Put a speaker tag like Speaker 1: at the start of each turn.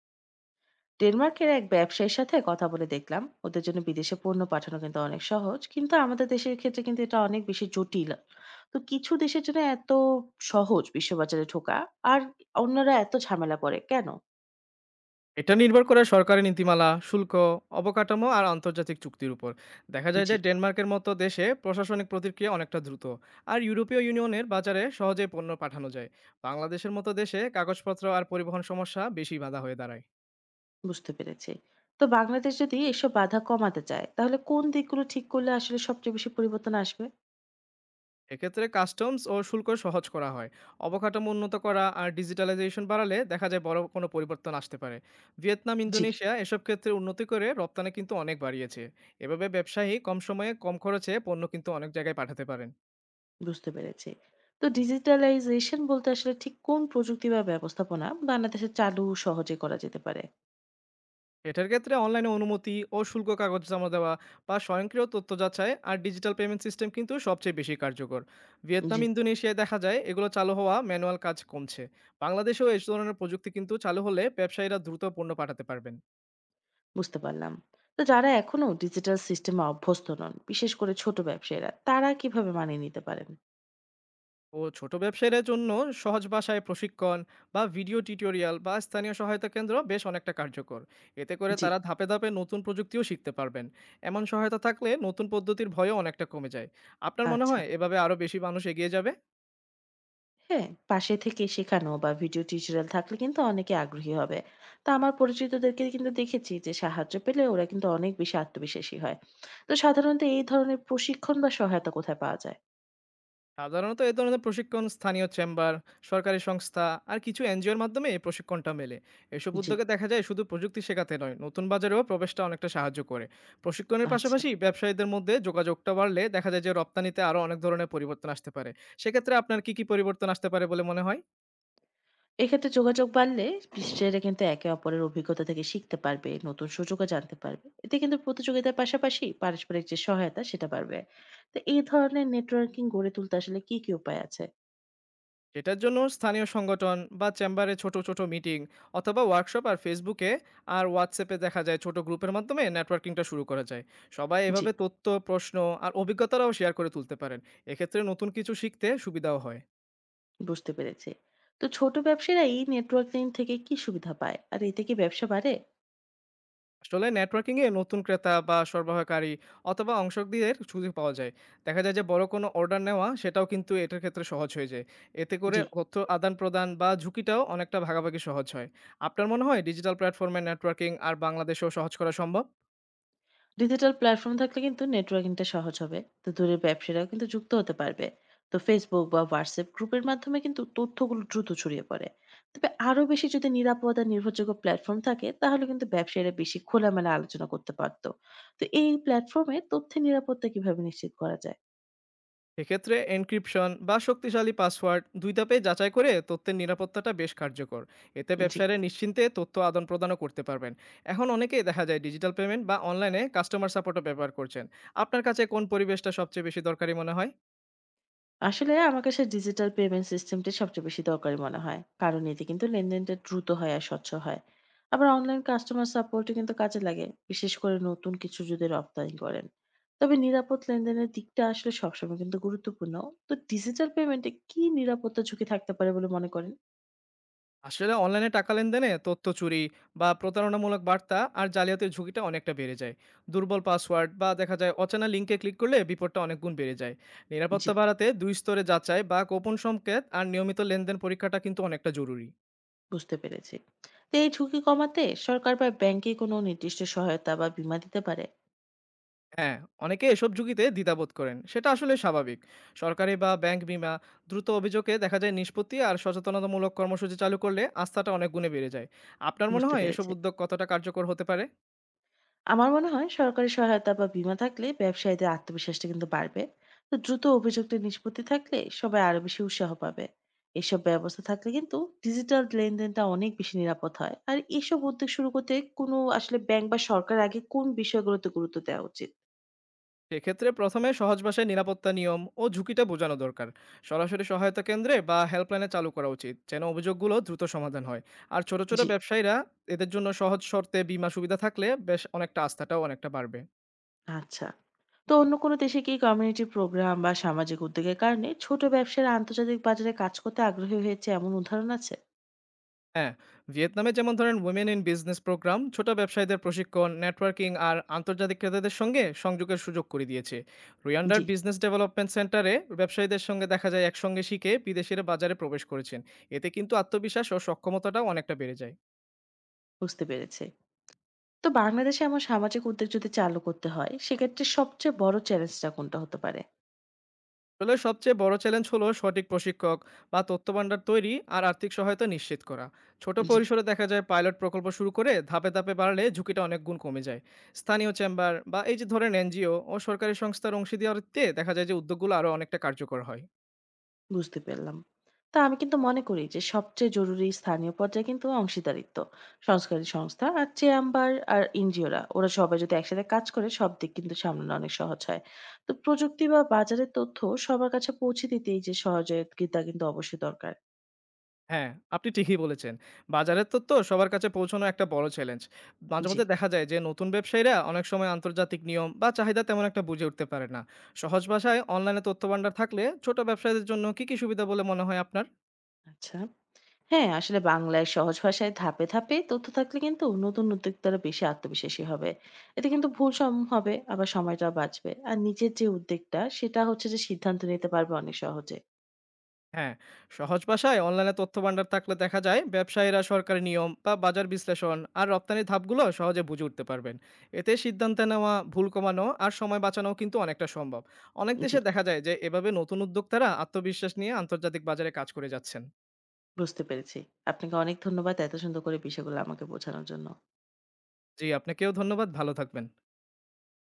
Speaker 1: ডেনমার্কের এক ব্যবসায়ীর সাথে কথা বলে দেখলাম ওদের জন্য বিদেশে পণ্য পাঠানো কিন্তু অনেক সহজ, কিন্তু আমাদের দেশের ক্ষেত্রে কিন্তু এটা অনেক বেশি জটিল। তো কিছু দেশের জন্য এত সহজ বিশ্ববাজারে ঢোকা আর অন্যরা এত ঝামেলা পড়ে কেন?
Speaker 2: এটা নির্ভর করে সরকারি নীতিমালা, শুল্ক, অবকাঠামো আর আন্তর্জাতিক চুক্তির উপর। দেখা যায়
Speaker 1: জি,
Speaker 2: যে ডেনমার্কের মতো দেশে প্রশাসনিক প্রতিক্রিয়া অনেকটা দ্রুত, আর ইউরোপীয় ইউনিয়নের বাজারে সহজে পণ্য পাঠানো যায়। বাংলাদেশের মতো দেশে কাগজপত্র আর পরিবহন সমস্যা বেশি বাধা হয়ে দাঁড়ায়।
Speaker 1: বুঝতে পেরেছি। তো বাংলাদেশ যদি এসব বাধা কমাতে চায় তাহলে কোন দিকগুলো ঠিক করলে আসলে সবচেয়ে বেশি পরিবর্তন আসবে?
Speaker 2: এক্ষেত্রে কাস্টমস ও শুল্ক সহজ করা হয়। অবকাঠামো উন্নত করা আর ডিজিটালাইজেশন বাড়ালে দেখা যায় বড় কোনো পরিবর্তন আসতে পারে। ভিয়েতনাম,
Speaker 1: জি,
Speaker 2: ইন্দোনেশিয়া এসব ক্ষেত্রে উন্নতি করে রপ্তানি কিন্তু অনেক বাড়িয়েছে। এভাবে ব্যবসায়ী কম সময়ে কম খরচে পণ্য কিন্তু অনেক জায়গায় পাঠাতে পারেন।
Speaker 1: বুঝতে পেরেছি। তো ডিজিটালাইজেশন বলতে আসলে ঠিক কোন প্রযুক্তি বা ব্যবস্থাপনা বাংলাদেশে চালু সহজে করা যেতে পারে?
Speaker 2: এটার ক্ষেত্রে অনলাইনে অনুমতি ও শুল্ক কাগজ জমা দেওয়া বা স্বয়ংক্রিয় তথ্য যাচাই আর ডিজিটাল পেমেন্ট সিস্টেম কিন্তু সবচেয়ে বেশি কার্যকর।
Speaker 1: জি,
Speaker 2: ভিয়েতনাম ইন্দোনেশিয়ায় দেখা যায় এগুলো চালু হওয়া ম্যানুয়াল কাজ কমছে। বাংলাদেশেও এই ধরনের প্রযুক্তি কিন্তু চালু হলে ব্যবসায়ীরা দ্রুত পণ্য পাঠাতে পারবেন।
Speaker 1: বুঝতে পারলাম। তো যারা এখনো ডিজিটাল সিস্টেমে অভ্যস্ত নন, বিশেষ করে ছোট ব্যবসায়ীরা, তারা কিভাবে মানিয়ে নিতে পারেন?
Speaker 2: ও ছোট ব্যবসায়ীদের জন্য সহজ ভাষায় প্রশিক্ষণ বা ভিডিও টিউটোরিয়াল বা স্থানীয় সহায়তা কেন্দ্র বেশ অনেকটা কার্যকর। এতে করে
Speaker 1: জি,
Speaker 2: তারা ধাপে ধাপে নতুন প্রযুক্তিও শিখতে পারবেন। এমন সহায়তা থাকলে নতুন পদ্ধতির ভয়ও অনেকটা কমে যায়। আপনার মনে
Speaker 1: আচ্ছা।
Speaker 2: হয় এভাবে আরও বেশি মানুষ এগিয়ে যাবে?
Speaker 1: হ্যাঁ, পাশে থেকে শেখানো বা ভিডিও টিউটোরিয়াল থাকলে কিন্তু অনেকে আগ্রহী হবে। তো আমার পরিচিতদেরকে কিন্তু দেখেছি যে সাহায্য পেলে ওরা কিন্তু অনেক বেশি আত্মবিশ্বাসী হয়। তো সাধারণত এই ধরনের প্রশিক্ষণ বা সহায়তা কোথায় পাওয়া যায়?
Speaker 2: সাধারণত এ ধরনের প্রশিক্ষণ স্থানীয় চেম্বার, সরকারি সংস্থা আর কিছু এনজিওর মাধ্যমে এই প্রশিক্ষণটা মেলে। এসব
Speaker 1: জি,
Speaker 2: উদ্যোগে দেখা যায় শুধু প্রযুক্তি শেখাতে নয়, নতুন বাজারেও প্রবেশটা অনেকটা সাহায্য করে। প্রশিক্ষণের
Speaker 1: আচ্ছা।
Speaker 2: পাশাপাশি ব্যবসায়ীদের মধ্যে যোগাযোগটা বাড়লে দেখা যায় যে রপ্তানিতে আরও অনেক ধরনের পরিবর্তন আসতে পারে। সেক্ষেত্রে আপনার কি কি পরিবর্তন আসতে পারে বলে মনে হয়?
Speaker 1: এক্ষেত্রে যোগাযোগ বাড়লে বিশেষজ্ঞরা কিন্তু একে অপরের অভিজ্ঞতা থেকে শিখতে পারবে, নতুন সুযোগও জানতে পারবে, এতে কিন্তু প্রতিযোগিতার পাশাপাশি পারস্পরিক যে সহায়তা সেটা বাড়বে। তো এই ধরনের নেটওয়ার্কিং গড়ে তুলতে আসলে কি কি উপায় আছে?
Speaker 2: এটার জন্য স্থানীয় সংগঠন বা চেম্বারে ছোট ছোট মিটিং অথবা ওয়ার্কশপ, আর ফেসবুকে আর হোয়াটসঅ্যাপে দেখা যায় ছোট গ্রুপের মাধ্যমে নেটওয়ার্কিংটা শুরু করা যায়। সবাই
Speaker 1: জি,
Speaker 2: এভাবে তথ্য, প্রশ্ন আর অভিজ্ঞতারাও শেয়ার করে তুলতে পারেন। এক্ষেত্রে নতুন কিছু শিখতে সুবিধাও হয়।
Speaker 1: বুঝতে পেরেছি। তো ছোট ব্যবসায়ীরা এই নেটওয়ার্কিং থেকে কি সুবিধা পায় আর এতে কি ব্যবসা বাড়ে?
Speaker 2: আসলে নেটওয়ার্কিং এ নতুন ক্রেতা বা সরবরাহকারী অথবা অংশকদের সুযোগ পাওয়া যায়। দেখা যায় যে বড় কোনো অর্ডার নেওয়া সেটাও কিন্তু এটার ক্ষেত্রে সহজ হয়ে যায়। এতে করে
Speaker 1: জি।
Speaker 2: তথ্য আদান প্রদান বা ঝুঁকিটাও অনেকটা ভাগাভাগি সহজ হয়। আপনার মনে হয় ডিজিটাল প্ল্যাটফর্মে নেটওয়ার্কিং আর বাংলাদেশেও সহজ করা সম্ভব?
Speaker 1: ডিজিটাল প্ল্যাটফর্ম থাকলে কিন্তু নেটওয়ার্কিংটা সহজ হবে, তো দূরের ব্যবসায়ীরাও কিন্তু যুক্ত হতে পারবে। তো ফেসবুক বা হোয়াটসঅ্যাপ গ্রুপের মাধ্যমে কিন্তু তথ্যগুলো দ্রুত ছড়িয়ে পড়ে। তবে আরো বেশি যদি নিরাপদ আর নির্ভরযোগ্য প্ল্যাটফর্ম থাকে তাহলে কিন্তু ব্যবসায়ীরা বেশি খোলামেলা আলোচনা করতে পারতো। তো এই প্ল্যাটফর্মে তথ্যের নিরাপত্তা কিভাবে নিশ্চিত করা যায়?
Speaker 2: এক্ষেত্রে এনক্রিপশন বা শক্তিশালী পাসওয়ার্ড, দুই ধাপে যাচাই করে তথ্যের নিরাপত্তাটা বেশ কার্যকর। এতে
Speaker 1: জি।
Speaker 2: ব্যবসায়ীরা নিশ্চিন্তে তথ্য আদান প্রদানও করতে পারবেন। এখন অনেকেই দেখা যায় ডিজিটাল পেমেন্ট বা অনলাইনে কাস্টমার সাপোর্টও ব্যবহার করছেন। আপনার কাছে কোন পরিবেশটা সবচেয়ে বেশি দরকারি মনে হয়?
Speaker 1: আসলে আমার কাছে ডিজিটাল পেমেন্ট সিস্টেমটি সবচেয়ে বেশি দরকারি মনে হয়, কারণ এতে কিন্তু লেনদেনটা দ্রুত হয় আর স্বচ্ছ হয়। আবার অনলাইন কাস্টমার সাপোর্টও কিন্তু কাজে লাগে, বিশেষ করে নতুন কিছু যদি রপ্তানি করেন। তবে নিরাপদ লেনদেনের দিকটা আসলে সবসময় কিন্তু গুরুত্বপূর্ণ। তো ডিজিটাল পেমেন্টে কি নিরাপত্তা ঝুঁকি থাকতে পারে বলে মনে করেন?
Speaker 2: আসলে অনলাইনে টাকা লেনদেনে তথ্য চুরি বা প্রতারণামূলক বার্তা আর জালিয়াতির ঝুঁকিটা অনেকটা বেড়ে যায়। দুর্বল পাসওয়ার্ড বা দেখা যায় অচেনা লিঙ্কে ক্লিক করলে বিপদটা অনেক গুণ বেড়ে যায়।
Speaker 1: জি,
Speaker 2: নিরাপত্তা বাড়াতে দুই স্তরে যাচাই বা গোপন সংকেত আর নিয়মিত লেনদেন পরীক্ষাটা কিন্তু অনেকটা জরুরি।
Speaker 1: বুঝতে পেরেছি। তো এই ঝুঁকি কমাতে সরকার বা ব্যাংকে কোনো নির্দিষ্ট সহায়তা বা বীমা দিতে পারে?
Speaker 2: হ্যাঁ, অনেকে এসব ঝুঁকিতে দ্বিধাবোধ করেন। সেটা আসলে স্বাভাবিক। সরকারি বা ব্যাংক বীমা, দ্রুত অভিযোগে দেখা যায় নিষ্পত্তি আর সচেতনতামূলক কর্মসূচি চালু করলে আস্থাটা অনেক গুণে বেড়ে যায়। আপনার মনে
Speaker 1: বুঝতে
Speaker 2: হয় এসব
Speaker 1: পেরেছি।
Speaker 2: উদ্যোগ কতটা কার্যকর হতে পারে?
Speaker 1: আমার মনে হয় সরকারি সহায়তা বা বীমা থাকলে ব্যবসায়ীদের আত্মবিশ্বাসটা কিন্তু বাড়বে। তো দ্রুত অভিযোগটা নিষ্পত্তি থাকলে সবাই আরো বেশি উৎসাহ পাবে। এসব ব্যবস্থা থাকলে কিন্তু ডিজিটাল লেনদেনটা অনেক বেশি নিরাপদ হয়। আর এসব উদ্যোগ শুরু করতে কোনো আসলে ব্যাংক বা সরকার আগে কোন বিষয়গুলোতে গুরুত্ব দেওয়া উচিত?
Speaker 2: সেক্ষেত্রে প্রথমে সহজ ভাষায় নিরাপত্তা নিয়ম ও ঝুঁকিটা বোঝানো দরকার। সরাসরি সহায়তা কেন্দ্রে বা হেল্পলাইনে চালু করা উচিত, যেন অভিযোগগুলো দ্রুত সমাধান হয়। আর ছোট, ছোট
Speaker 1: জি,
Speaker 2: ব্যবসায়ীরা এদের জন্য সহজ শর্তে বীমা সুবিধা থাকলে বেশ অনেকটা আস্থাটাও অনেকটা বাড়বে।
Speaker 1: আচ্ছা। তো অন্য কোনো দেশে কি কমিউনিটি প্রোগ্রাম বা সামাজিক উদ্যোগের কারণে ছোট ব্যবসার আন্তর্জাতিক বাজারে কাজ করতে আগ্রহী হয়েছে এমন উদাহরণ আছে?
Speaker 2: হ্যাঁ, ভিয়েতনামে যেমন ধরেন উইমেন ইন বিজনেস প্রোগ্রাম ছোট ব্যবসায়ীদের প্রশিক্ষণ, নেটওয়ার্কিং আর আন্তর্জাতিক ক্রেতাদের সঙ্গে সংযোগের সুযোগ করে দিয়েছে। রুয়ান্ডার
Speaker 1: জি,
Speaker 2: বিজনেস ডেভেলপমেন্ট সেন্টারে ব্যবসায়ীদের সঙ্গে দেখা যায় একসঙ্গে শিখে বিদেশের বাজারে প্রবেশ করেছেন। এতে কিন্তু আত্মবিশ্বাস ও সক্ষমতাটাও অনেকটা বেড়ে যায়।
Speaker 1: বুঝতে পেরেছি। তো বাংলাদেশে এমন সামাজিক উদ্যোগ যদি চালু করতে হয়, সেক্ষেত্রে সবচেয়ে বড় চ্যালেঞ্জটা কোনটা হতে পারে?
Speaker 2: আসলে সবচেয়ে বড় চ্যালেঞ্জ হলো সঠিক প্রশিক্ষক বা তথ্যভান্ডার তৈরি আর আর্থিক সহায়তা নিশ্চিত করা। ছোট
Speaker 1: জি,
Speaker 2: পরিসরে দেখা যায় পাইলট প্রকল্প শুরু করে ধাপে ধাপে বাড়লে ঝুঁকিটা অনেক গুণ কমে যায়। স্থানীয় চেম্বার বা এই যে ধরেন এনজিও ও সরকারি সংস্থার অংশীদারিত্বে দেখা যায় যে উদ্যোগগুলো আরও অনেকটা কার্যকর হয়।
Speaker 1: বুঝতে পারলাম। তো আমি কিন্তু মনে করি যে সবচেয়ে জরুরি স্থানীয় পর্যায়ে কিন্তু অংশীদারিত্ব। সংস্কারী সংস্থা আর চেম্বার আর এনজিওরা, ওরা সবাই যদি একসাথে কাজ করে সব দিক কিন্তু সামলানো অনেক সহজ হয়। তো প্রযুক্তি বা বাজারের তথ্য সবার কাছে পৌঁছে দিতে এই যে সহযোগিতা কিন্তু অবশ্যই দরকার।
Speaker 2: হ্যাঁ, আপনি ঠিকই বলেছেন। বাজারের তথ্য সবার কাছে পৌঁছানো একটা বড় চ্যালেঞ্জ। মাঝে
Speaker 1: জি,
Speaker 2: মধ্যে দেখা যায় যে নতুন ব্যবসায়ীরা অনেক সময় আন্তর্জাতিক নিয়ম বা চাহিদা তেমন একটা বুঝে উঠতে পারে না। সহজ ভাষায় অনলাইনে তথ্য ভান্ডার থাকলে ছোট ব্যবসায়ীদের জন্য কী কী সুবিধা বলে মনে হয় আপনার?
Speaker 1: আচ্ছা। হ্যাঁ, আসলে বাংলায় সহজ ভাষায় ধাপে ধাপে তথ্য থাকলে কিন্তু নতুন উদ্যোক্তারা বেশি আত্মবিশ্বাসী হবে। এতে কিন্তু ভুল সম হবে, আবার সময়টাও বাঁচবে। আর নিজের যে উদ্যোগটা, সেটা হচ্ছে যে সিদ্ধান্ত নিতে পারবে অনেক সহজে।
Speaker 2: হ্যাঁ, সহজ ভাষায় অনলাইনে তথ্য ভান্ডার থাকলে দেখা যায় ব্যবসায়ীরা সরকারি নিয়ম বা বাজার বিশ্লেষণ আর রপ্তানির ধাপগুলো সহজে বুঝে উঠতে পারবেন। এতে সিদ্ধান্ত নেওয়া, ভুল কমানো আর সময় বাঁচানো কিন্তু অনেকটা সম্ভব। অনেক
Speaker 1: জি,
Speaker 2: দেশে দেখা যায় যে এভাবে নতুন উদ্যোক্তারা আত্মবিশ্বাস নিয়ে আন্তর্জাতিক বাজারে কাজ করে যাচ্ছেন।
Speaker 1: বুঝতে পেরেছি। আপনাকে অনেক ধন্যবাদ এত সুন্দর করে বিষয়গুলো আমাকে বোঝানোর জন্য।
Speaker 2: জি, আপনাকেও ধন্যবাদ। ভালো থাকবেন।